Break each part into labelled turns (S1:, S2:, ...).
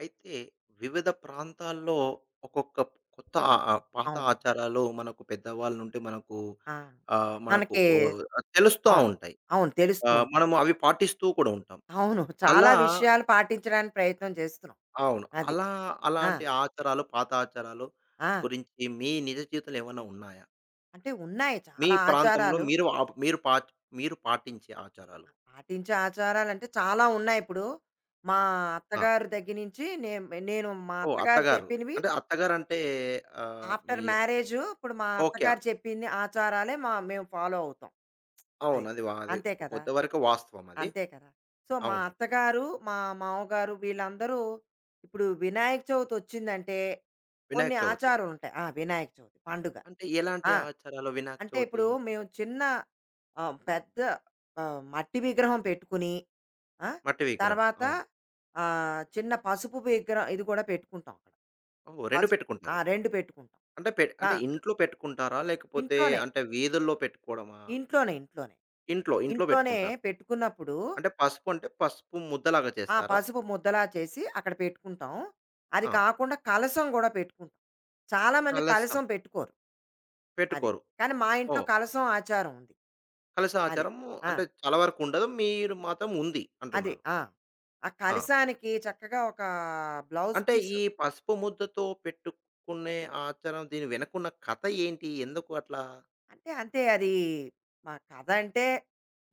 S1: అయితే వివిధ ప్రాంతాల్లో ఒక్కొక్క కొత్త ఆ పాత
S2: అవును.
S1: ఆచారాలు మనకు పెద్దవాళ్ళ నుండి మనకు
S2: ఆ!
S1: ఆ, మనకు
S2: మనకి
S1: ఓ, తెలుస్తూ
S2: అవును.
S1: ఉంటాయి.
S2: అవును.
S1: ఆ,
S2: తెలుస్తూ ఉంటాయి.
S1: మనము అవి పాటిస్తూ కూడా ఉంటాం.
S2: అవును. చాలా
S1: అలా
S2: విషయాలు పాటించడానికి ప్రయత్నం చేస్తున్నాం.
S1: అవును
S2: అది.
S1: అలా
S2: ఆ!
S1: అలాంటి ఆచారాలు పాత ఆచారాలు
S2: ఆ!
S1: గురించి మీ నిజ జీవితంలో ఏమైనా ఉన్నాయా?
S2: అంటే ఉన్నాయి
S1: మీ
S2: చాలా
S1: ప్రాంతంలో
S2: ఆచారాలు.
S1: మీరు మీరు పా మీరు పాటించే ఆచారాలు.
S2: పాటించే ఆచారాలంటే చాలా ఉన్నాయి ఇప్పుడు. మా
S1: ఆ,
S2: అత్తగారి దగ్గర నుంచి నేను మా
S1: ఓ
S2: అత్తగారు
S1: అత్తగారు,
S2: చెప్పినవి
S1: అంటే అత్తగారు అంటే ఆ, మీ
S2: ఆఫ్టర్ మ్యారేజు ఇప్పుడు మా
S1: ఓకే.
S2: అత్తగారు చెప్పిన ఆచారాలే మేము ఫాలో అవుతాం.
S1: అవును,
S2: అది.
S1: అది అది
S2: అంతే కదా!
S1: కొంతవరకు వాస్తవం అది.
S2: అంతే కదా! సో, మా
S1: అవును.
S2: అత్తగారు, మా మామగారు వీళ్ళందరూ ఇప్పుడు వినాయక చవితి వచ్చిందంటే
S1: వినాయక
S2: కొన్ని
S1: చవితి.
S2: ఆచారాలు ఉంటాయి. ఆ! వినాయక చవితి పండుగ.
S1: అంటే ఎలాంటి
S2: ఆ!
S1: ఆచారాలు వినాయక
S2: అంటే
S1: చవితి
S2: ఇప్పుడు
S1: అంటే?
S2: మేము పెద్ద మట్టి విగ్రహం పెట్టుకుని. ఆ!
S1: మట్టి విగ్రహం.
S2: తర్వాత
S1: అవును.
S2: చిన్న పసుపు విగ్రహం ఇది కూడా పెట్టుకుంటాం అక్కడ.
S1: ఓహ్! 2
S2: పసుపు. ఆ!
S1: పెట్టుకుంటారు.
S2: 2 పెట్టుకుంటాం.
S1: అంటే పె
S2: ఆ!
S1: అంటే ఇంట్లో పెట్టుకుంటారా? లేకపోతే
S2: ఇంట్లోనే.
S1: అంటే వీధుల్లో పెట్టుకోవడమా?
S2: ఇంట్లోనే, ఇంట్లోనే.
S1: ఇంట్లో
S2: ఇంట్లోనే
S1: పెట్టుకుంటారు.
S2: పెట్టుకున్నప్పుడు.
S1: అంటే పసుపు ముద్దలాగా
S2: ఆ!
S1: చేస్తారా?
S2: పసుపు ముద్దలా చేసి అక్కడ పెట్టుకుంటాం. అది
S1: ఆ!
S2: కాకుండా కలశం గూడా పెట్టుకుంటాం. చాలామంది
S1: కలసం
S2: కలశం పెట్టుకోరు. అది.
S1: పెట్టుకోరు.
S2: కానీ మా ఇంట్లో
S1: ఓహ్!
S2: కలశం ఆచారం ఉంది.
S1: కలశ
S2: అది.
S1: ఆచారము
S2: ఆ!
S1: అంటే చాలా వరకు ఉండదు. మీరు మాత్రం ఉంది
S2: అది.
S1: అంటున్నారు.
S2: ఆ! ఆ
S1: ఆ!
S2: కలశానికి చక్కగా ఒక బ్లౌజ్
S1: అంటే
S2: పీస్.
S1: ఈ పసుపు ముద్దతో పెట్టుకునే ఆచారం దీని వెనకున్న కథ ఏంటి? ఎందుకు అట్లా?
S2: అంటే, అంతే అది మా కథంటే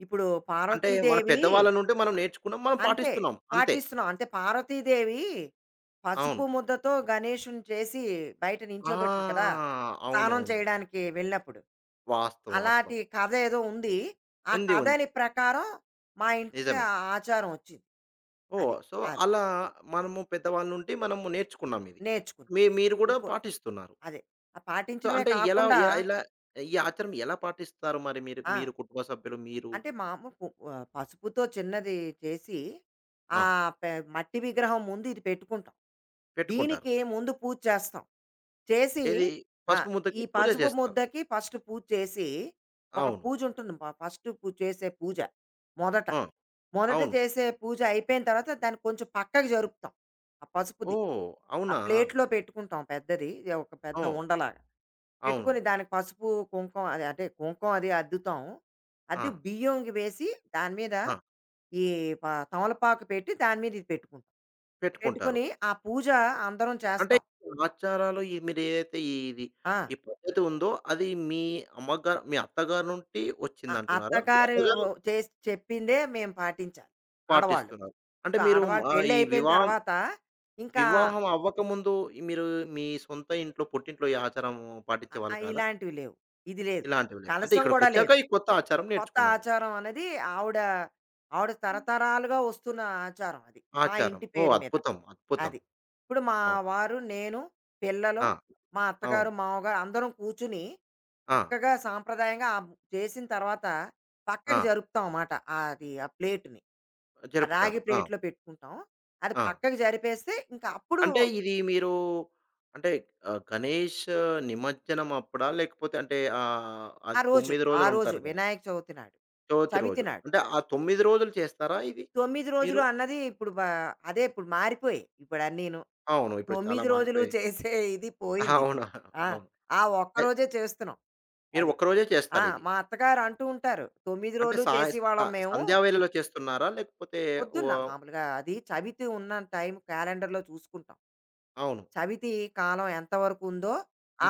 S2: ఇప్పుడు
S1: అంటే మన
S2: పార్వతీదేవి.
S1: పెద్దవాళ్ళ నుండి మనం నేర్చుకున్నాం. మనం
S2: అంతే.
S1: పాటిస్తున్నాం. అంతే.
S2: పాటిస్తున్నాం. అంటే పార్వతీదేవి
S1: అవును.
S2: పసుపు ముద్దతో గణేషుడిని చేసి బయట నించోబెడుతుంది
S1: ఆ!
S2: కదా! స్నానం
S1: అవునవును.
S2: చేయడానికి వెళ్ళినప్పుడు.
S1: వాస్తవం.
S2: అలాంటి
S1: వాస్తవం.
S2: కథ ఏదో ఉంది. ఆ
S1: ఉంది. ఉంది.
S2: కథని ప్రకారం మా ఇంటికి
S1: నిజమే.
S2: ఆ ఆచారం వచ్చింది.
S1: ఓహ్!
S2: అది.
S1: సో,
S2: అది.
S1: అలా మనము పెద్దవాళ్ళ నుండి మనము నేర్చుకున్నాం ఇది.
S2: నేర్చుకున్నాం.
S1: మీరు కూడా
S2: ఇంకో
S1: పాటిస్తున్నారు.
S2: అదే. ఆ
S1: సో,
S2: పాటించడమే
S1: అంటే
S2: కాకుండా.
S1: ఎలా ఈ ఆచారం ఎలా పాటిస్తారు మరి మీరు?
S2: ఆ!
S1: మీరు కుటుంబ సభ్యులు మీరు.
S2: అంటే మామూలు పసుపుతో చిన్నది చేసి
S1: ఆ!
S2: ఆ మట్టి విగ్రహం ముందు ఇది పెట్టుకుంటాం.
S1: పెట్టుకుంటారు.
S2: దీనికి ముందు పూజ చేస్తాం. చేసి.
S1: ఏది?
S2: ఆ!
S1: పసుపు
S2: ఈ
S1: ముద్దకి పూజ
S2: పసుపు
S1: చేస్తారు.
S2: ముద్దకి ఫస్ట్ పూజ చేసి ఒక
S1: అవును.
S2: పూజ ఉంటుంది. ఫస్ట్ పూజ చేసే పూజ మొదట.
S1: ఆ!
S2: మొదట
S1: అవును.
S2: చేసే పూజ అయిపోయిన తర్వాత దాన్ని కొంచెం పక్కకు జరుపుతాం. ఆ పసుపుది.
S1: ఓహ్!
S2: ఆ
S1: అవునా!
S2: ప్లేట్‌లో పెట్టుకుంటాం పెద్దది. ఇది ఒక పెద్ద
S1: ఓహ్!
S2: ఉండలాగా. పెట్టుకొని
S1: అవునవును.
S2: దానికి పసుపు, కుంకుమ అది అంటే కుంకుమ అది అద్దుతాం.
S1: ఆ!
S2: అద్ది బియ్యంకి వేసి దాని మీద
S1: ఆ!
S2: ఈ ప తమలపాకు పెట్టి దాని మీద ఇది పెట్టుకుంటాం.
S1: పెట్టుకుంటారు.
S2: పెట్టుకొని ఆ పూజ అందరం
S1: అంటే
S2: చేస్తాం.
S1: ఆచారాలు ఈ మీరేదైతే ఇది
S2: ఆ!
S1: ఈ పద్ధతి ఉందో, అది మీ అమ్మగా మీ అత్తగారి నుండి వచ్చిందంటున్నారా? మీ
S2: అత్తగారు
S1: అత్తగారు
S2: చేసి చెప్పిందే మేము పాటించాలి ఆడవాళ్ళు.
S1: పాటిస్తున్నారు. అంటే
S2: ఇప్పుడు
S1: మీరు
S2: ఆడవాళ్ళు
S1: ఆహ్,
S2: పెళ్లి
S1: ఈ
S2: అయిపోయిన
S1: వివాహం,
S2: తర్వాత ఇంకా
S1: వివాహం అవ్వకముందు ఈ మీరు మీ సొంత ఇంట్లో, పుట్టింట్లో ఈ ఆచారం
S2: ఆ!
S1: పాటించేవాళ్ళు కాదా?
S2: ఇలాంటివి లేవు. ఇది లేదు.
S1: ఇలాంటివి లేదు. అంటే
S2: కలశం గూడా లేదు.
S1: ఇక్కడికొచ్చాక ఈ కొత్త ఆచారం
S2: కొత్త
S1: నేర్చుకున్నారు.
S2: ఆచారం అనేది ఆవిడ, ఆవిడ తరతరాలుగా వస్తున్న ఆచారం అది. మా
S1: ఆచారం.
S2: ఇంటి
S1: ఓహ్!
S2: పేరు మీద.
S1: అద్భుతం. అద్భుతం.
S2: అది. ఇప్పుడు మా
S1: అవును.
S2: వారు, నేను, పిల్లలు,
S1: ఆ!
S2: మా అత్తగారు,
S1: అవును.
S2: మామగారు అందరం కూర్చుని
S1: ఆ!
S2: చక్కగా సాంప్రదాయంగా చేసిన తర్వాత
S1: ఆ!
S2: పక్కకి జరుపుతాం మాట. అది ఆ ప్లేట్‌ని. ఆ
S1: జరుపుతారు.
S2: రాగి
S1: ఆ!
S2: ప్లేట్‌లో పెట్టుకుంటాం. అది
S1: ఆ!
S2: పక్కకి జరిపేస్తే ఇంకా అప్పుడు
S1: అంటే ఇది మీరు అంటే ఆహ్, గణేష్ నిమజ్జనం అప్పుడా? లేకపోతే అంటే ఆహ్,
S2: ఆ
S1: అది
S2: రోజు,
S1: 9
S2: ఆ
S1: రోజులు
S2: రోజు
S1: ఉంటారు కదా!
S2: వినాయక చవితి నాడు.
S1: చవితి
S2: చవితి
S1: రోజు.
S2: నాడు.
S1: అంటే ఆ 9 రోజులు చేస్తారా ఇది
S2: 9
S1: మీరు?
S2: రోజులు అన్నది ఇప్పుడు బా అదే ఇప్పుడు మారిపోయాయి ఇప్పుడు అన్నీను.
S1: అవును. ఇప్పుడు చాలా
S2: 9 రోజులు
S1: మారిపోయాయి.
S2: చేసే ఇది పోయింది
S1: అవును.
S2: ఇప్పుడు. ఆ!
S1: అవును.
S2: ఆ ఒక్క
S1: అయ్
S2: రోజే చేస్తున్నాం.
S1: మీరు
S2: అది.
S1: ఒక్కరోజే
S2: ఆ!
S1: చేస్తారు ఇది.
S2: మా అత్తగారు అంటూ ఉంటారు. 9
S1: అంటే
S2: రోజులు
S1: సాయ స
S2: చేసేవాళ్ళం మేము.
S1: సంధ్యావేళలో చేస్తున్నారా? లేకపోతే వ
S2: పొద్దున్న మామూలుగా అది చవితి ఉన్న టైం క్యాలెండర్‌లో చూసుకుంటాం.
S1: అవును.
S2: చవితి కాలం ఎంతవరకు ఉందో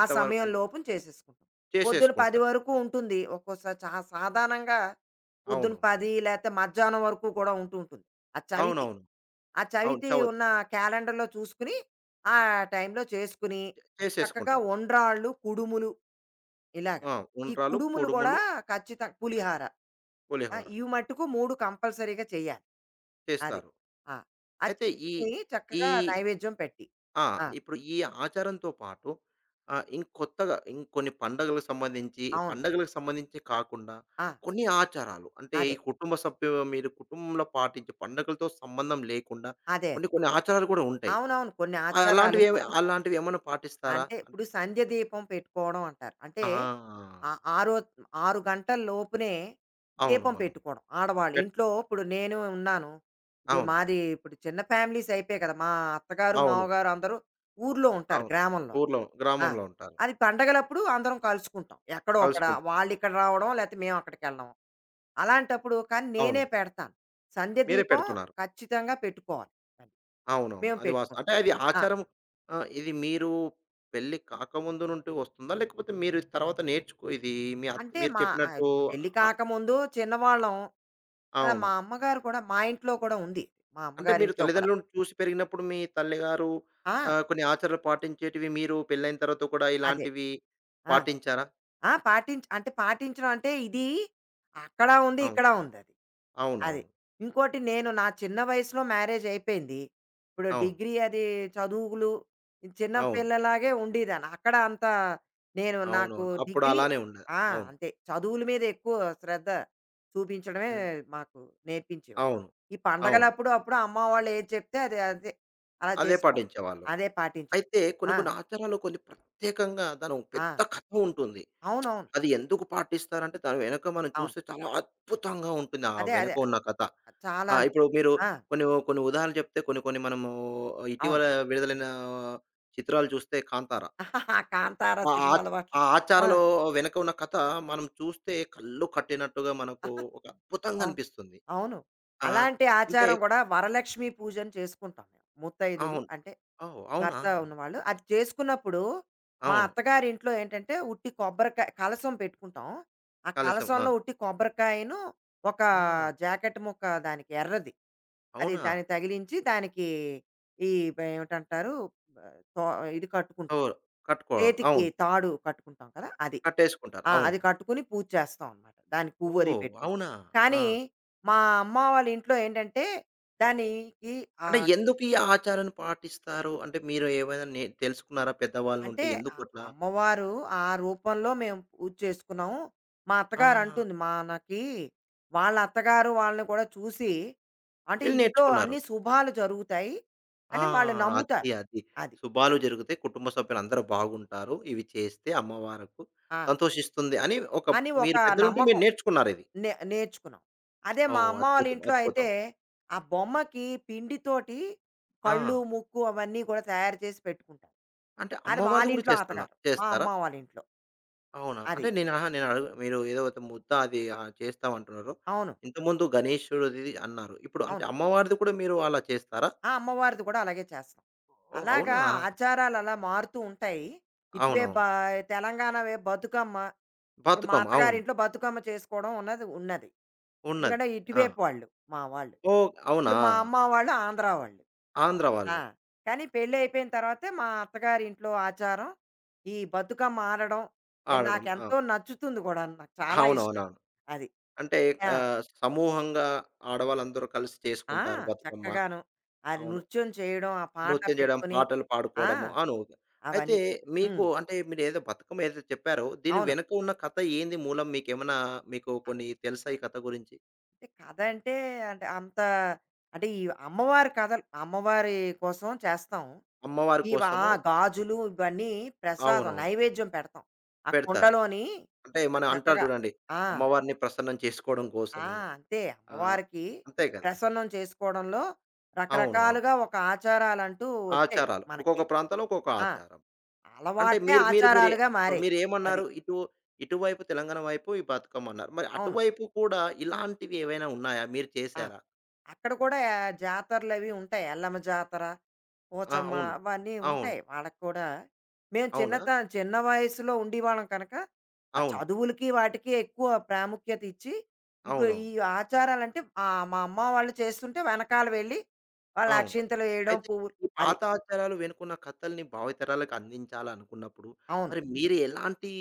S2: ఆ సమయం లోపున చేసేసుకుంటాం. పొద్దున 10
S1: చేసేసుకుంటారు.
S2: వరకు ఉంటుంది. ఒక్కోసారి సాధారణంగా పొద్దున
S1: అవునవును.
S2: 10 లేతే మధ్యాహ్నం వరకు కూడా ఉంటూ ఉంటుంది. ఆ చవితి.
S1: అవునవును. అవును.
S2: ఆ
S1: అవును.
S2: చవితి
S1: చవతి.
S2: ఉన్న క్యాలెండర్‌లో చూసుకుని, ఆ టైంలో చేసుకుని, చక్కగా
S1: చేసేసుకుంటారు.
S2: ఉండ్రాళ్ళు, కుడుములు ఇలాగ.
S1: ఆ!
S2: ఈ
S1: ఉండ్రాలు,
S2: కుడుములు గూడా
S1: కుడుములు,
S2: ఖచ్చితంగా పులిహార. ఆ!
S1: పులిహోర
S2: ఇవి మట్టుకు 3 కంపల్సరీగా చేయాలి. అది.
S1: చేస్తారు.
S2: ఆ! అది
S1: అయితే ఈ
S2: చేసుకొని
S1: ఈ
S2: చక్కగా నైవేద్యం పెట్టి.
S1: ఆ!
S2: ఆ!
S1: ఇప్పుడు ఈ ఆచారంతో పాటు ఆహ్, ఇంకొత్తగా ఇంకొన్ని
S2: అవును.
S1: పండగలకు సంబంధించి కాకుండా
S2: ఆ!
S1: కొన్ని ఆచారాలు అంటే ఈ
S2: అదే.
S1: కుటుంబ సభ్యులు మీరు కుటుంబంలో పాటించే పండగలతో సంబంధం లేకుండా
S2: అదే అదే.
S1: కొన్ని కొన్ని ఆచారాలు కూడా ఉంటాయి.
S2: అవునవును. కొన్ని
S1: ఆహ్,
S2: ఆచారాలు.
S1: అలాంటివి ఏమన్నా పాటిస్తారా?
S2: అంటే ఇప్పుడు సంధ్య దీపం పెట్టుకోవడం అంటారు. అంటే
S1: ఆ!
S2: ఆహ్, ఆరో 6 గంటల లోపునే
S1: అవును.
S2: దీపం
S1: అవును.
S2: పెట్టుకోవడం. ఆడవాళ్ళు
S1: పెట్
S2: ఇంట్లో ఇప్పుడు నేను ఉన్నాను. ఇది
S1: అవును.
S2: మాది ఇప్పుడు చిన్న ఫ్యామిలీస్ అయిపోయాయి కదా! మా అత్తగారు,
S1: అవును.
S2: మామగారు అందరూ ఊర్లో ఉంటారు
S1: అవును.
S2: గ్రామంలో.
S1: ఊర్లో
S2: ఆ!
S1: గ్రామంలో ఉంటారు.
S2: అది పండగలప్పుడు అందరం కలుసుకుంటాం. ఎక్కడో అక్కడ
S1: కలుసుకుంటారు.
S2: వాళ్ళు ఇక్కడ రావడం లేకపోతే మేము అక్కడికెళ్ళడం. అలాంటప్పుడు కానీ
S1: అవును.
S2: నేనే పెడతాను. సంధ్య
S1: మీరే
S2: దీపం
S1: పెడుతున్నారు.
S2: ఖచ్చితంగా పెట్టుకోవాలి. అది.
S1: అవునవును.
S2: మేము
S1: అది వాస్తవం.
S2: పెట్టుకుంటాం.
S1: అంటే అది
S2: ఆ!
S1: ఆచారం. ఆహ్, ఇది మీరు పెళ్లి కాకముందు నుండి వస్తుందా? లేకపోతే మీరు తర్వాత నేర్చుకో ఇది మీ అత్
S2: అంటే
S1: మీరు
S2: మా
S1: చెప్పినట్టు
S2: పెళ్లి
S1: అ
S2: కాకముందు చిన్నవాళ్ళం. అలా
S1: అవును.
S2: మా అమ్మగారు కూడా మా ఇంట్లో కూడా ఉంది. మా
S1: అంటే మీరు
S2: అమ్మగారింట్లో కూడా.
S1: తల్లిదండ్రులను చూసి పెరిగినప్పుడు మీ తల్లిగారు
S2: ఆ!
S1: ఆహ్, కొన్ని ఆచారాలు పాటించేటివి మీరు పెళ్లైన తర్వాత కూడా
S2: అదే.
S1: ఇలాంటివి
S2: ఆ!
S1: పాటించారా?
S2: ఆ! అంటే పాటించడం అంటే ఇది అక్కడ ఉంది,
S1: అవును.
S2: ఇక్కడ ఉందది. అది. అది
S1: అవునవును.
S2: ఇంకోటి నేను నా చిన్న వయసులో మ్యారేజ్ అయిపోయింది. ఇప్పుడు
S1: అవును.
S2: డిగ్రీ అది చదువులు చిన్న
S1: అవును.
S2: పిల్లలాగే ఉండేదాన్ని. అక్కడ అంత నేను నాకు
S1: అవునవును. అప్పుడు
S2: డిగ్రీ.
S1: అలానే ఉండేది.
S2: ఆ!
S1: అవును.
S2: అంతే. చదువుల మీద ఎక్కువ శ్రద్ధ చూపించడమే మాకు నేర్పించేవారు.
S1: అవును.
S2: ఈ
S1: అవును.
S2: పండగలప్పుడు అప్పుడు అమ్మ వాళ్ళు ఏది చెప్తే అది అదే అలా
S1: అదే
S2: చేసుకోవడం.
S1: పాటించేవాళ్ళు.
S2: అదే పాటించడం.
S1: అయితే కొన్ని
S2: ఆ!
S1: కొన్ని ఆచారాలు కొన్ని ప్రత్యేకంగా దాని ఒక
S2: ఆ!
S1: పెద్ద కథ ఉంటుంది.
S2: అవునవును.
S1: అది ఎందుకు పాటిస్తారంటే దాని వెనక మనం
S2: అవును.
S1: చూస్తే చాలా అద్భుతంగా ఉంటుంది. ఆ
S2: అదే. అదే.
S1: వెనక ఉన్న కథ. ఆ!
S2: చాలాను.
S1: ఇప్పుడు మీరు
S2: ఆ!
S1: కొన్ని, కొన్ని ఉదాహరణలు చెప్తే కొన్ని, కొన్ని మనము
S2: అవును.
S1: ఇటీవల విడుదలైన చిత్రాలు చూస్తే 'కాంతార.'
S2: కాంతార
S1: ఆ
S2: సినిమాల
S1: ఆచ్ ఆ
S2: వాటిలో ఆ!
S1: 'ఆచార'లో వెనక ఉన్న కథ మనం చూస్తే కళ్ళు కట్టినట్టుగా మనకు ఒక అద్భుతంగా
S2: అవును.
S1: అనిపిస్తుంది.
S2: అవును.
S1: ఆ!
S2: అలాంటి
S1: అంటే
S2: ఆచారం గూడా వరలక్ష్మి పూజని చేసుకుంటాం మేము. ముత్తైదులు
S1: అవును.
S2: అంటే,
S1: ఓహ్! అవునా?
S2: భర్త ఉన్నవాళ్ళు. అది చేసుకున్నప్పుడు, మా
S1: అవును.
S2: అత్తగారింట్లో ఏంటంటే, ఉట్టి కొబ్బరికాయ కలశం పెట్టుకుంటాం. ఆ
S1: కలశం. ఆ!
S2: కలశంలో ఉట్టి కొబ్బరికాయను, ఒక
S1: ఆ!
S2: జాకెట్ ముక్క దానికి ఎర్రది. అది
S1: అవునా?
S2: దానికి తగిలించి, దానికి ఈ ఏమిటంటారు, బ తో ఇది కట్టుకుంటాం.
S1: ఓహ్! కట్టుకోవడం.
S2: చేతికి
S1: అవును.
S2: తాడు కట్టుకుంటాం కదా! అది.
S1: కట్టేసుకుంటారు.
S2: ఆ!
S1: అవును.
S2: అది కట్టుకుని పూజ చేస్తాం అనమాట. దానికి పువ్వు అది
S1: ఓహ్!
S2: పెట్టుకుని.
S1: అవునా? ఆ!
S2: కానీ మా అమ్మ వాళ్ళ ఇంట్లో ఏంటంటే దానికి
S1: అంటే
S2: ఆహ్,
S1: ఎందుకు ఈ ఆచారాన్ని పాటిస్తారు? అంటే మీరు ఏమైనా నే తెలుసుకున్నారా పెద్దవాళ్ళ
S2: అంటే
S1: నుండి ఎందుకట్లా?
S2: అమ్మవారు ఆ రూపంలో మేము పూజ చేసుకున్నాం. మా
S1: ఆ!
S2: అత్తగారు అంటుంది మనకి వాళ్ళ అత్తగారు వాళ్ళని కూడా చూసి అంటే
S1: వెళ్లి
S2: ఇంట్లో
S1: నేర్చుకున్నారు.
S2: అన్ని శుభాలు జరుగుతాయి
S1: ఆ!
S2: అని వాళ్ళు
S1: అది,
S2: నమ్ముతారు.
S1: అది.
S2: అది.
S1: శుభాలు జరిగితే కుటుంబ సభ్యులందరూ బాగుంటారు. ఇవి చేస్తే అమ్మవారుకు
S2: ఆ!
S1: సంతోషిస్తుంది అని ఒక
S2: అని ఒక
S1: మీరు పెద్దల నుండి మీరు
S2: నమ్మకం.
S1: నేర్చుకున్నారిది.
S2: నేర్చుకున్నాం. అదే మా
S1: ఓహ్!
S2: అమ్మ వాళ్ళ
S1: అద్భుతం,
S2: ఇంట్లో
S1: అద్భుతం.
S2: అయితే, ఆ బొమ్మకి పిండితోటి
S1: ఆ!
S2: కళ్ళు, ముక్కు అవన్నీ కూడా తయారు చేసి పెట్టుకుంటారు.
S1: అంటే
S2: అది
S1: అమ్మవారిది కూడా
S2: వాళ్ళింట్లో అతకారం. మా
S1: చేస్తారా?
S2: అమ్మ వాళ్ళింట్లో.
S1: అవునా? అంటే
S2: అది.
S1: నేను అహా! నేను అడుగు మీరు ఏదో ఒక ముద్ద అది ఆహ్, చేస్తామంటున్నారు.
S2: అవును.
S1: ఇంతకుముందు గణేశుడిది అన్నారు. ఇప్పుడు అంటే
S2: అవును.
S1: అమ్మవారిది కూడా మీరు అలా చేస్తారా?
S2: ఆ! అమ్మవారిది కూడా అలాగే చేస్తాం.
S1: ఓహ్!
S2: అలాగా
S1: అవునా?
S2: ఆచారాలు అలా మారుతూ ఉంటాయి. ఇటువైపు
S1: అవునవును.
S2: బా తెలంగాణ వైపు బతుకమ్మ. ఇప్పుడు మా
S1: బతుకమ్మ. అవును.
S2: అత్తగారింట్లో బతుకమ్మ చేసుకోవడం ఉన్నది ఉన్నది.
S1: ఉన్నది.
S2: ఎందుకంటే
S1: ఆ!
S2: ఇటువైపు వాళ్ళు మా వాళ్ళు.
S1: ఓహ్!
S2: ఇప్పుడు
S1: అవునా?
S2: మా అమ్మ వాళ్ళు ఆంధ్రా వాళ్ళు.
S1: ఆంధ్ర
S2: ఆ!
S1: వాళ్ళు.
S2: కానీ పెళ్ళయిపోయిన తర్వాతే మా అత్తగారింట్లో ఆచారం, ఈ బతుకమ్మ ఆడడం
S1: ఆడడం. ఆ!
S2: నాకెంతో నచ్చుతుంది గూడాను. నాకు చాలా ఇష్టం.
S1: అవునవునవును.
S2: అది.
S1: అంటే
S2: ఆ!
S1: ఆహ్, సమూహంగా ఆడవాళ్ళందరూ కలిసి
S2: ఆ!
S1: చేసుకుంటారు బతుకమ్మ.
S2: చక్కగాను. అది
S1: అవును.
S2: నృత్యం చేయడం, ఆ పాట
S1: నృత్యం చేయడం,
S2: పెట్టుకొని.
S1: పాటలు
S2: ఆ!
S1: పాడుకోవడము. అవును. అయితే
S2: అవన్నీ. హ్మ్.
S1: మీకు అంటే మీరేదో బతుకమ్మ ఏదైతే చెప్పారో దీని
S2: అవును.
S1: వెనుక ఉన్న కథ ఏంది మూలం? మీకేమన్నా మీకు కొన్ని తెలుసా ఈ కథ గురించి?
S2: అంటే కథ అంటే, అంటే అంత అంటే ఈ అమ్మవారి కథలు అమ్మవారి కోసం చేస్తాం.
S1: అమ్మవారి
S2: ఆ!
S1: కోసము.
S2: గాజులు ఇవన్నీ ప్రసాదం,
S1: అవునవును.
S2: నైవేద్యం పెడతాం. ఆ
S1: పెడతారు.
S2: కుండలోని
S1: అంటే
S2: ఆ
S1: మనం అంటారు
S2: చక్కగా.
S1: చూడండి.
S2: ఆ!
S1: అమ్మవారిని ప్రసన్నం చేసుకోవడం
S2: ఆ!
S1: కోసము.
S2: అంతే.
S1: ఆ!
S2: అమ్మవారికి
S1: అంతే కదా!
S2: ప్రసన్నం చేసుకోవడంలో
S1: అవును. అవును.
S2: రకరకాలుగా ఒక ఆచారాలంటూ వచ్చాయి
S1: ఆచారాలు.
S2: మనకి.
S1: ఒక్కొక్క ప్రాంతంలో ఒక్కొక్క
S2: ఆ!
S1: ఆచారం. అంటే
S2: అలవాట్లే
S1: మీరు మీరు మీరే
S2: ఆచారాలుగా మారాయి. అది.
S1: మీరేమన్నారు? ఇటు ఇటువైపు తెలంగాణ వైపు ఈ బతుకమ్మన్నారు. మరి
S2: అవును.
S1: అటువైపు కూడా ఇలాంటివి ఏవైనా ఉన్నాయా? మీరు
S2: ఆ!
S1: చేశారా?
S2: అక్కడ కూడా జాతరలవి ఉంటాయి. ఎల్లమ్మ జాతర,
S1: ఆ!
S2: పోచమ్మ
S1: అవును.
S2: అవన్నీ
S1: అవును.
S2: ఉంటాయి వాళ్ళకి కూడా. మేము
S1: అవునా?
S2: చిన్నత చిన్న వయసులో ఉండేవాళ్ళం కనుక, ఆ
S1: అవును.
S2: చదువులకి వాటికి ఎక్కువ ప్రాముఖ్యత ఇచ్చి, ఇగో ఈ
S1: అవునవును.
S2: ఆచారాలంటే మా అమ్మ వాళ్ళు చేస్తుంటే వెనకాల వెళ్ళి, వాళ్ళు
S1: అవును.
S2: అక్షింతలు వేయడం,
S1: అయితే
S2: పువ్వులు
S1: ఈ
S2: అది.
S1: పాత ఆచారాలు వెనుకున్న కథల్ని భావితరాలకు అందించాలనుకున్నప్పుడు,
S2: అవును.
S1: మరి మీరు ఎలాంటి,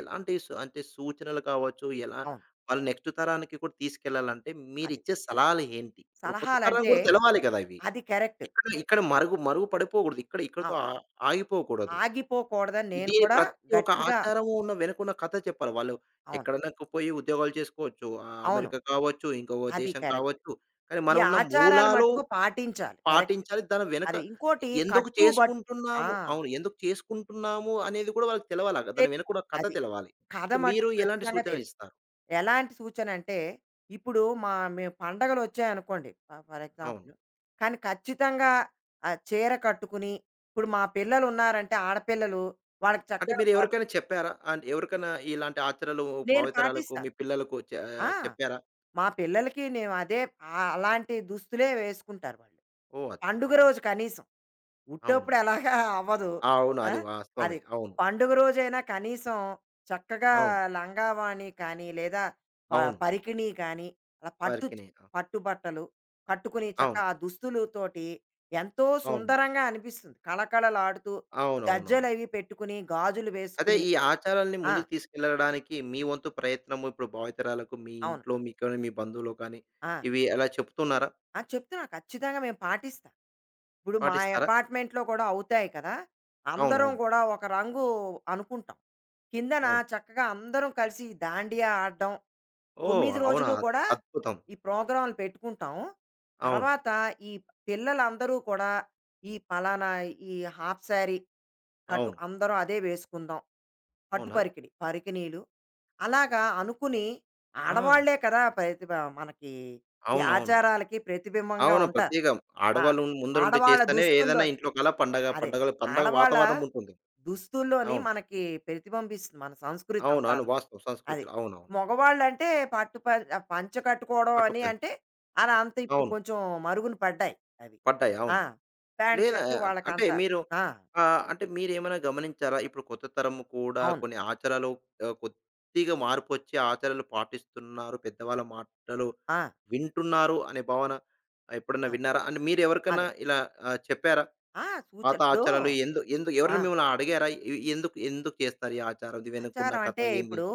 S1: ఎలాంటి సు అంటే సూచనలు కావచ్చు, ఎలా
S2: అవును.
S1: వాళ్ళు నెక్స్ట్ తరానికి కూడా తీసుకెళ్ళాలంటే
S2: అది.
S1: మీరిచ్చే సలహాలు ఏంటి? ఇప్పుడు కొత్త తరం
S2: సలహాలంటే
S1: కూడా తెలవాలి కదా ఇవి.
S2: అది కరెక్ట్.
S1: ఇక్కడ, ఇక్కడ మరుగు మరుగు పడిపోకూడదు. ఇక్కడ
S2: ఆ!
S1: ఇక్కడితో ఆ ఆగిపోకూడదు.
S2: ఆగిపోకూడదని నేను
S1: ఇది
S2: కూడా
S1: ప్రతి ఒక్క
S2: గట్టిగా.
S1: ఆచారము ఉన్న వెనుకున్న కథ చెప్పాలి. వాళ్ళు
S2: అవును.
S1: ఎక్కడనకు పోయి ఉద్యోగాలు చేసుకోవచ్చు. ఆహ్,
S2: అవును.
S1: అమెరికా కావచ్చు, ఇంకో
S2: అది
S1: దేశం
S2: కరెక్ట్.
S1: కావచ్చు. కానీ
S2: ఈ
S1: మనం ఉన్న
S2: ఆచారాలు
S1: మూలాలు
S2: మట్టుకు పాటించాలి. కరెక్ట్.
S1: పాటించాలి. దాని వెనక
S2: అది. ఇంకోటి
S1: ఎందుకు
S2: కట్టుబట్ ఆ!
S1: చేసుకుంటున్నాము అవును. ఎందుకు చేసుకుంటున్నాము అనేది కూడా వాళ్ళకి తెలవాలి. ఆహ్, దాని వెనక
S2: తెలీదు.
S1: కూడా కథ
S2: అది.
S1: తెలవాలి.
S2: కథ
S1: సో, మీరు
S2: మటుకు
S1: ఎలాంటి
S2: ఖచ్చితంగా
S1: సూచనలు
S2: తెలీదు.
S1: ఇస్తారు?
S2: ఎలాంటి సూచనంటే, ఇప్పుడు మేము పండగలొచ్చాయనుకోండి ఫర్
S1: అవును.
S2: ఎగ్జాంపుల్. కానీ ఖచ్చితంగా చీర కట్టుకుని ఇప్పుడు మా పిల్లలున్నారంటే ఆడపిల్లలు వాళ్ళకి
S1: అంటే
S2: చక్కగా
S1: మీరు ఎవరికైనా చెప్పారా? అండ్ ఎవరికైనా ఇలాంటి ఆచరణలు
S2: నేను
S1: భావితరాలకు మీ
S2: పాటిస్తాను.
S1: పిల్లలకు
S2: ఆ!
S1: చెప్పారా?
S2: మా పిల్లలకి నేను అదే అలాంటి దుస్తులే వేసుకుంటారు వాళ్ళు.
S1: ఓహ్!
S2: పండుగ
S1: అద్భుతం.
S2: రోజు కనీసం. ఉట్టేప్పుడు
S1: అవునవును.
S2: ఎలాగా అవ్వదు.
S1: అవును.
S2: ఆ!
S1: అది వాస్తవమే.
S2: అది.
S1: అవును.
S2: పండుగ రోజైనా కనీసం చక్కగా
S1: అవును.
S2: లంగావాణి కానీ, లేదా ప
S1: అవును.
S2: పరికిణి కానీ, అలా పట్టు
S1: వర్కిని.
S2: పట్టు బట్టలు కట్టుకుని చక్క
S1: అవును.
S2: ఆ దుస్తులుతోటి ఎంతో
S1: అవును.
S2: సుందరంగా అనిపిస్తుంది. కళకళలాడుతూ
S1: అవునవునవును.
S2: గజ్జెలవి పెట్టుకుని, గాజులు
S1: అదే
S2: వేసుకుని.
S1: ఈ ఆచారాల్ని
S2: ఆ!
S1: ముందుకు తీసుకెళ్లడానికి మీ వంతు ప్రయత్నము ఇప్పుడు భావితరాలకు మీ
S2: అవును.
S1: ఇంట్లో మీకు కానీ, మీ బంధువులు కానీ
S2: ఆ!
S1: ఇవి ఎలా చెప్తున్నారా?
S2: ఆ! చెప్తున్నా ఖచ్చితంగా మేము పాటిస్తాం. ఇప్పుడు మా
S1: పాటిస్తారా?
S2: అపార్ట్మెంట్‌లో కూడా అవుతాయి కదా!
S1: అవును.
S2: అందరం
S1: అవును.
S2: కూడా ఒక రంగు అనుకుంటాం. కిందన
S1: అవును.
S2: చక్కగా అందరం కలిసి ఈ దాండియా ఆడడం.
S1: ఓహ్!
S2: 9
S1: అవునా?
S2: రోజులు కూడా
S1: అద్భుతం.
S2: ఈ ప్రోగ్రామ్‌లు పెట్టుకుంటాం.
S1: అవును.
S2: తర్వాత ఈ పిల్లలందరూ కూడా ఈ పలానా ఈ హాఫ్ శారీ కట్టు
S1: అవును.
S2: అందరం అదే వేసుకుందాం. పట్టు
S1: అవునా?
S2: పరికిణి, పరికిణీలు అలాగా అనుకుని
S1: ఆ!
S2: ఆడవాళ్లే కదా! ప్రతిభ మనకి ఈ
S1: అవునవును. అవును.
S2: ఆచారాలకి ప్రతిబింబంగా
S1: అవును
S2: ఉంటారు.
S1: ప్రత్యేకం.
S2: ఆ!
S1: ఆడవాళ్ళు ముందరుండి
S2: ఆడవాళ్ళ
S1: చేస్తేనే
S2: దుస్తుల్లో
S1: ఏదైనా ఇంట్లో కల పండగ,
S2: అదే.
S1: పండగలు పండగ
S2: ఆడవాళ్ళ
S1: వాతావరణం ఉంటుంది.
S2: దుస్తుల్లోని
S1: అవును.
S2: మనకి ప్రతిబింబిస్తుంది మన సంస్కృతి
S1: అవునవును.
S2: అంతాను.
S1: వాస్తవం
S2: అది.
S1: సంస్కృతిలో. అవునవును.
S2: మగవాళ్ళంటే పట్టు ప పంచ కట్టుకోవడం
S1: పట్టు
S2: అని
S1: పంచ.
S2: అంటే, అలా అంత ఇప్పుడు
S1: అవును.
S2: కొంచెం మరుగున పడ్డాయి అవి.
S1: పడ్డాయి. అవును.
S2: ఆ! ప్యాంట్,
S1: లేదా
S2: షర్టు
S1: అంటే
S2: వాళ్ళకంతా.
S1: మీరు
S2: ఆ!
S1: ఆహ్, అంటే మీరేమైనా గమనించారా? ఇప్పుడు కొత్త తరం కూడా
S2: అవును.
S1: కొన్ని ఆచారాలు ఆహ్, కొద్దిగా మార్పొచ్చి ఆచారాలు పాటిస్తున్నారు. పెద్దవాళ్ళ మాటలు
S2: ఆ!
S1: వింటున్నారు అనే భావన ఎప్పుడన్నా
S2: ఆ!
S1: విన్నారా? అండ్ మీరెవరికన్నా
S2: అదే.
S1: ఇలా ఆహ్, చెప్పారా?
S2: ఆ! సూచన
S1: పాత
S2: ఇప్పుడు.
S1: ఆచారాలు ఎందు ఎందు
S2: ఆ!
S1: ఎవరైనా మిమ్మల్ని అడిగారా? ఇవి ఎందుకు ఎందుకు చేస్తారు ఈ ఆచారం? దీని వెనుకున్న
S2: ఆచారం
S1: కథ
S2: అంటే
S1: ఏంది?
S2: ఇప్పుడు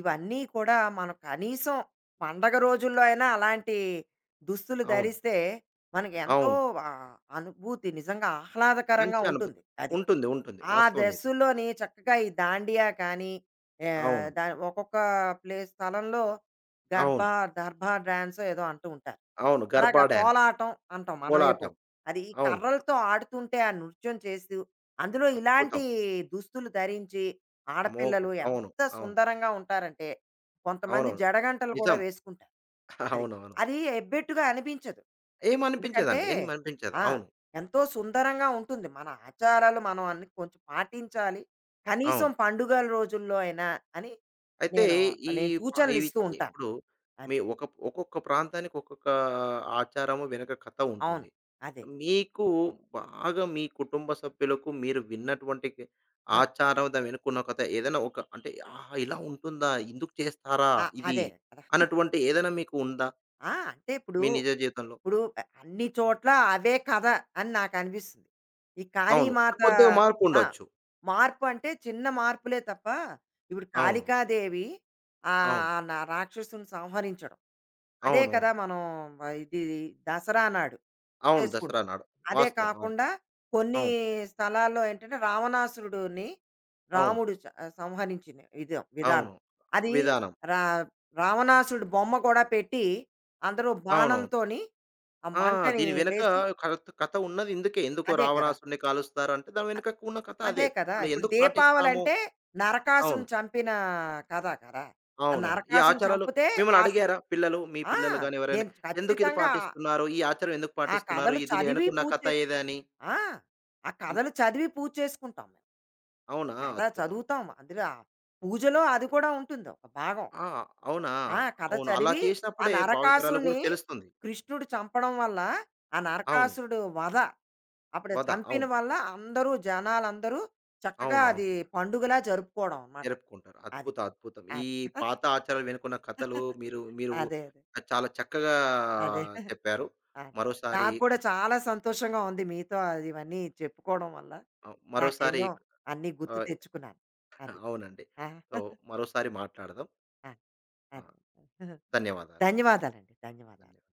S2: ఇవన్నీ కూడా మనం కనీసం పండగ రోజుల్లో అయినా అలాంటి దుస్తులు
S1: అవును.
S2: ధరిస్తే మనకి ఎంతో
S1: అవును.
S2: ఆ, అనుభూతి నిజంగా ఆహ్లాదకరంగా
S1: మంచి అనుభూతి.
S2: ఉంటుంది అది.
S1: ఉంటుంది. ఉంటుంది.
S2: ఆ
S1: వాస్తవం ఇది.
S2: డ్రెస్సుల్లోని చక్కగా ఈ దాండియా కానీ, ఏ,
S1: అవును.
S2: దా ఒక్కొక్క ప్లేస్ స్థలంలో
S1: అవును.
S2: గర్భా దర్భా డ్యాన్స్ ఏదో అంటూ ఉంటారు.
S1: అవును. గర్భా
S2: అలాగా
S1: డాన్స్,
S2: కోలాటం అంటాం మనవైపు.
S1: కోలాటం.
S2: అది ఈ
S1: అవును.
S2: కర్రలతో ఆడుతుంటే ఆ నృత్యం చేస్తూ, అందులో ఇలాంటి
S1: అద్భుతం.
S2: దుస్తులు ధరించి
S1: అమోఘం.
S2: ఆడపిల్లలు
S1: అవును.
S2: ఎంత
S1: అవును.
S2: సుందరంగా ఉంటారంటే, కొంతమంది
S1: అవునవును.
S2: జడగంటలు కూడా
S1: నిజం.
S2: వేసుకుంటారు. అది.
S1: అవునవును.
S2: అది ఎబ్బెట్టుగా అనిపించదు. ఎందుకంటే.
S1: ఏమనిపించదండి. ఏమనిపించదు.
S2: ఆ!
S1: అవును.
S2: ఎంతో సుందరంగా ఉంటుంది. మన ఆచారాలు మనం అన్ని కొంచెం పాటించాలి. కనీసం
S1: అవును.
S2: పండుగల రోజుల్లో అయినా అని
S1: అయితే
S2: నేను,
S1: ఈ
S2: నేను
S1: ప ఇవి
S2: సూచనలిస్తూ ఉంటాను.
S1: ఇప్పుడు మీ
S2: అది.
S1: ఒక ఒక్కొక్క ప్రాంతానికి ఒక్కొక్క ఆచారము వెనక కథ
S2: అవును.
S1: ఉంటుంది.
S2: అదే.
S1: మీకు బాగా మీ కుటుంబ సభ్యులకు మీరు విన్నటువంటి
S2: ఆ!
S1: ఆచారం దాని వెనుకున్న కథ ఏదైనా ఒక అంటే ఆహా! ఇలా ఉంటుందా? ఇందుకు చేస్తారా
S2: ఆ!
S1: ఇది?
S2: అదే కదా!
S1: అన్నటువంటి ఏదైనా మీకు ఉందా?
S2: ఆ! అంటే ఇప్పుడు,
S1: మీ నిజ జీవితంలో?
S2: ఇప్పుడు అన్ని చోట్ల అవే కథ అని నాకనిపిస్తుంది. ఈ
S1: అవును.
S2: కాళీమాత.
S1: కొద్దిగా మార్పు
S2: ఆ!
S1: ఉండొచ్చు.
S2: మార్పు అంటే చిన్న మార్పులే తప్ప, ఇప్పుడు
S1: అవును.
S2: కాళికాదేవి
S1: అవును.
S2: నా రాక్షసుడిని సంహరించడం. అదే
S1: అవునవును.
S2: కదా మనం. ఆ, ఇది దసరా నాడు.
S1: అవును. దసరా
S2: చేసుకుంటాం.
S1: నాడు.
S2: అదే
S1: వాస్తవం. అవును.
S2: కాకుండా కొన్ని
S1: అవును.
S2: స్థలాల్లో ఏంటంటే రావణాసురుడుని
S1: అవును.
S2: రాముడు చ సంహరించిన విధం విధానం.
S1: అవును.
S2: అది
S1: విధానం.
S2: రా రావణాసురుడు బొమ్మ కూడా పెట్టి అందరూ
S1: అవునవును.
S2: బాణంతోని ఆ
S1: ఆ!
S2: మంటని
S1: దీని వెనక
S2: వేసి.
S1: కథ ఉన్నది ఇందుకే. ఎందుకో
S2: అదే కదా!
S1: రావణాసుడిని కాలుస్తారంటే దాని వెనుక ఉన్న కథ అదే.
S2: అదే కదా!
S1: మనం
S2: ఇప్పుడు
S1: ఎందుకు పాటిస్తాము?
S2: దీపావళంటే
S1: అవును.
S2: నరకాసురుడిని చంపిన కథ కదా! ఆ
S1: అవునవును. ఈ
S2: నరకాసురుడిని
S1: ఆచారాలు
S2: చంపితే
S1: మిమ్మల్ని
S2: ఆ స
S1: అడిగారా పిల్లలు? మీ
S2: ఆ!
S1: పిల్లలు గాని ఎవరైనా
S2: నేను
S1: ఎందుకు ఇది
S2: ఖచ్చితంగా
S1: పాటిస్తున్నారు? ఈ ఆచారం ఎందుకు
S2: ఆ ఆ
S1: పాటిస్తున్నారు?
S2: కథలు
S1: ఇది దీని
S2: చదివి
S1: వెనకున్న
S2: పూజ
S1: కథ
S2: చేసు
S1: ఏదని?
S2: ఆ! ఆ
S1: అన్
S2: కథలు చదివి పూజ చేసుకుంటాం.
S1: అవునా?
S2: కథ
S1: అద్భుతం.
S2: చదువుతాం.
S1: అద్భుతం.
S2: అందులో ఆ పూజలో అది కూడా ఉంటుంది ఒక భాగం.
S1: ఆ! అవునా?
S2: ఆ! కథ
S1: అవును. అలా
S2: చదివి ఆ
S1: చేసినప్పుడే భావితరాలు కూడా
S2: నరకాసురుడిని
S1: తెలుస్తుంది.
S2: కృష్ణుడు చంపడం వల్ల, ఆ
S1: అవును.
S2: నరకాసురుడు వధ అప్పుడు
S1: వధ.
S2: చంపిన
S1: అవును.
S2: వల్ల అందరూ జనాలందరూ చక్కగా
S1: అవునవును.
S2: అది పండుగలా జరుపుకోవడం అనమాట.
S1: జరుపుకుంటారు.
S2: అది.
S1: అద్భుత అద్భుతం. ఈ
S2: అది.
S1: పాత ఆచారాలు వెనుకున్న కథలు మీరు మీరు
S2: అదే. అదే.
S1: చాలా చక్కగా
S2: అదే.
S1: చెప్పారు.
S2: అదే.
S1: మరోసారి
S2: నాకు కూడా చాలా సంతోషంగా ఉంది మీతో అది ఇవన్నీ చెప్పుకోవడం వల్ల.
S1: ఆహ్, మరోసారి
S2: నాకెన్నో అన్నీ గుర్తు
S1: ఆహ్,
S2: తెచ్చుకున్నాను. అది.
S1: అవునండి.
S2: ఆ!
S1: సో, మరోసారి మాట్లాడదాం.
S2: ఆ!
S1: ఆ!
S2: అదే.
S1: ధన్యవాదాలు.
S2: ధన్యవాదాలండి. ధన్యవాదాలు.
S1: ధన్యవాదాలు.